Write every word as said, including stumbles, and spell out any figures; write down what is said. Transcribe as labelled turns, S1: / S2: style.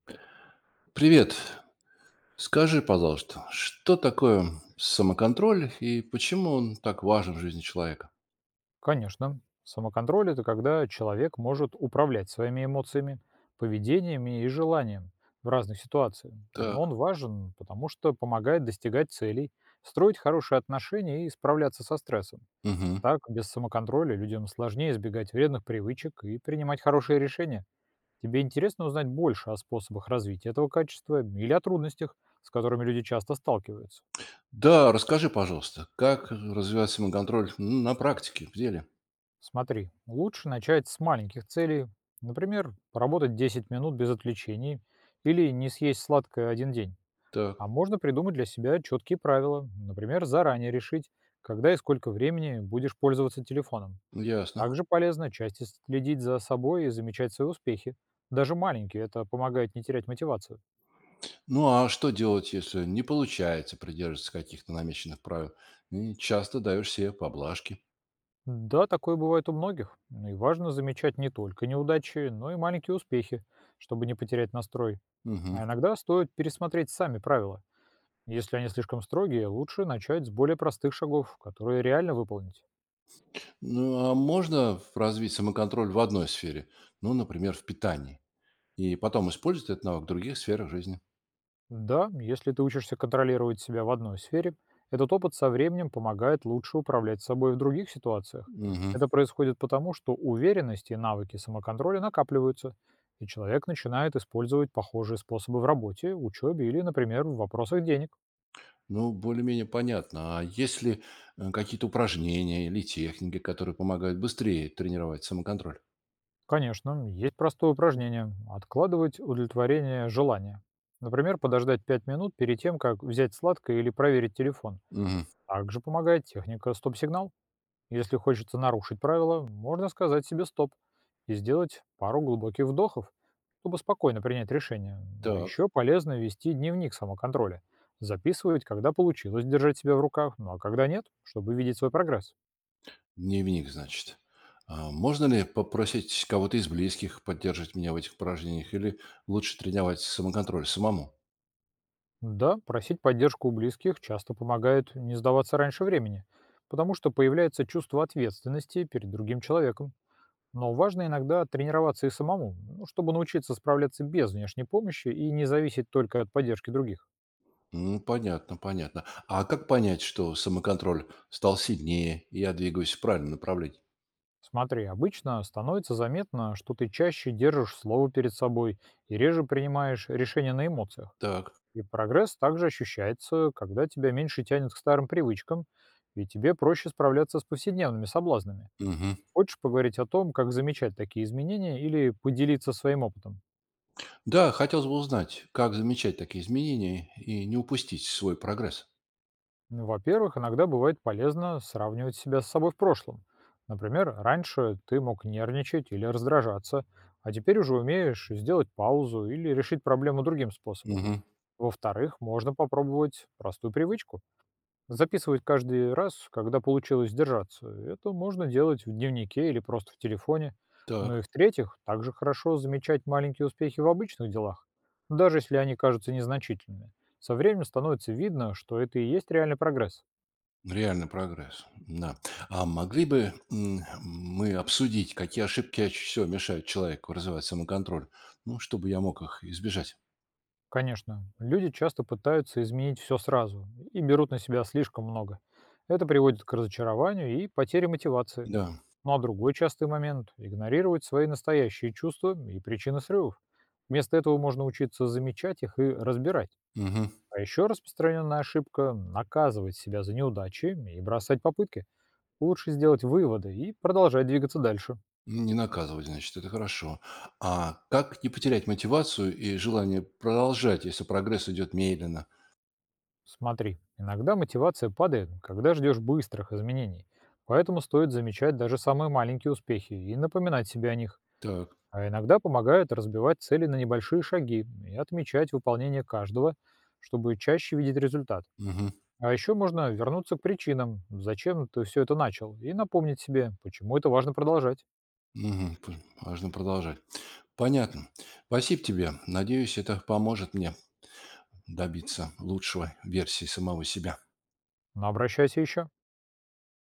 S1: Привет. Скажи, пожалуйста, что такое самоконтроль и почему он так важен в жизни человека?
S2: Конечно. Самоконтроль– это когда человек может управлять своими эмоциями, поведениями и желанием в разных ситуациях. Но
S1: Так.
S2: он важен, потому что помогает достигать целей, строить хорошие отношения и справляться со стрессом.
S1: Мгм.
S2: Так, без самоконтроля людям сложнее избегать вредных привычек и принимать хорошие решения. Тебе интересно узнать больше о способах развития этого качества или о трудностях, с которыми люди часто сталкиваются?
S1: Да, расскажи, пожалуйста, как развивать самоконтроль м, на практике, в деле?
S2: Смотри, лучше начать с маленьких целей. Например, поработать десять минут без отвлечений или не съесть сладкое один день.
S1: Так,
S2: А можно придумать для себя четкие правила. Например, заранее решить, когда и сколько времени будешь пользоваться телефоном.
S1: ясно.
S2: Также полезно часто следить за собой и замечать свои успехи. Даже маленькие, это помогает не терять мотивацию.
S1: Ну а что делать, если не получается придерживаться каких-то намеченных правил? И часто даешь себе поблажки.
S2: Да, такое бывает у многих. Ну и важно замечать не только неудачи, но и маленькие успехи, чтобы не потерять настрой.
S1: Мгм.
S2: А иногда стоит пересмотреть сами правила. Если они слишком строгие, лучше начать с более простых шагов, которые реально выполнить.
S1: Ну а можно развить самоконтроль в одной сфере, ну, например, в питании, и потом использовать этот навык в других сферах жизни?
S2: Да, если ты учишься контролировать себя в одной сфере, этот опыт со временем помогает лучше управлять собой в других ситуациях.
S1: Мгм.
S2: Это происходит потому, что уверенность и навыки самоконтроля накапливаются, и человек начинает использовать похожие способы в работе, учебе или, например, в вопросах денег.
S1: Ну, более-менее понятно. А есть ли э, какие-то упражнения или техники, которые помогают быстрее тренировать самоконтроль?
S2: Конечно, есть простое упражнение– откладывать удовлетворение желания. Например, подождать пять минут перед тем, как взять сладкое или проверить телефон.
S1: Мгм.
S2: Также помогает техника стоп-сигнал. Если хочется нарушить правила, можно сказать себе стоп и сделать пару глубоких вдохов, чтобы спокойно принять решение. А
S1: Так,
S2: еще полезно вести дневник самоконтроля. Записывать, когда получилось держать себя в руках, ну а когда нет, чтобы видеть свой прогресс.
S1: дневник, значит. А можно ли попросить кого-то из близких поддерживать меня в этих упражнениях или лучше тренировать самоконтроль самому?
S2: Да, просить поддержку у близких часто помогает не сдаваться раньше времени, потому что появляется чувство ответственности перед другим человеком. Но важно иногда тренироваться и самому, ну, чтобы научиться справляться без внешней помощи и не зависеть только от поддержки других.
S1: М, понятно, понятно. А как понять, что самоконтроль стал сильнее, и я двигаюсь в правильном направлении?
S2: Смотри, обычно становится заметно, что ты чаще держишь слово перед собой и реже принимаешь решения на эмоциях.
S1: Так.
S2: И прогресс также ощущается, когда тебя меньше тянет к старым привычкам, и тебе проще справляться с повседневными соблазнами.
S1: Мгм.
S2: Хочешь поговорить о том, как замечать такие изменения или поделиться своим опытом?
S1: Да, хотелось бы узнать, как замечать такие изменения и не упустить свой прогресс.
S2: Ну, во-первых, иногда бывает полезно сравнивать себя с собой в прошлом. Например, раньше ты мог нервничать или раздражаться, а теперь уже умеешь сделать паузу или решить проблему другим способом.
S1: Мгм.
S2: Во-вторых, можно попробовать простую привычку. Записывать каждый раз, когда получилось сдержаться. Это можно делать в дневнике или просто в телефоне. Ну и
S1: Так,
S2: в-третьих, также хорошо замечать маленькие успехи в обычных делах, даже если они кажутся незначительными. Со временем становится видно, что это и есть реальный прогресс.
S1: реальный прогресс, да. А могли бы м, мы обсудить, какие ошибки чаще всего мешают человеку развивать самоконтроль? Ну, чтобы я мог их избежать.
S2: Конечно, люди часто пытаются изменить все сразу и берут на себя слишком много. Это приводит к разочарованию и потере мотивации.
S1: Да,
S2: Ну а другой частый момент– игнорировать свои настоящие чувства и причины срывов. Вместо этого можно учиться замечать их и разбирать.
S1: мгм.
S2: А еще распространенная ошибка– наказывать себя за неудачи и бросать попытки. Лучше сделать выводы и продолжать двигаться дальше.
S1: Ну, не наказывать, значит, это хорошо. А как не потерять мотивацию и желание продолжать, если прогресс идет медленно?
S2: Смотри, иногда мотивация падает, когда ждешь быстрых изменений. Поэтому стоит замечать даже самые маленькие успехи и напоминать себе о них.
S1: Так,
S2: А иногда помогает разбивать цели на небольшие шаги и отмечать выполнение каждого, чтобы чаще видеть результат.
S1: мгм,
S2: А еще можно вернуться к причинам, зачем ты все это начал, и напомнить себе, почему это важно продолжать.
S1: мгм, п- важно продолжать. Понятно. Спасибо тебе. Надеюсь, это поможет мне добиться лучшего версии самого себя.
S2: Но обращайся еще.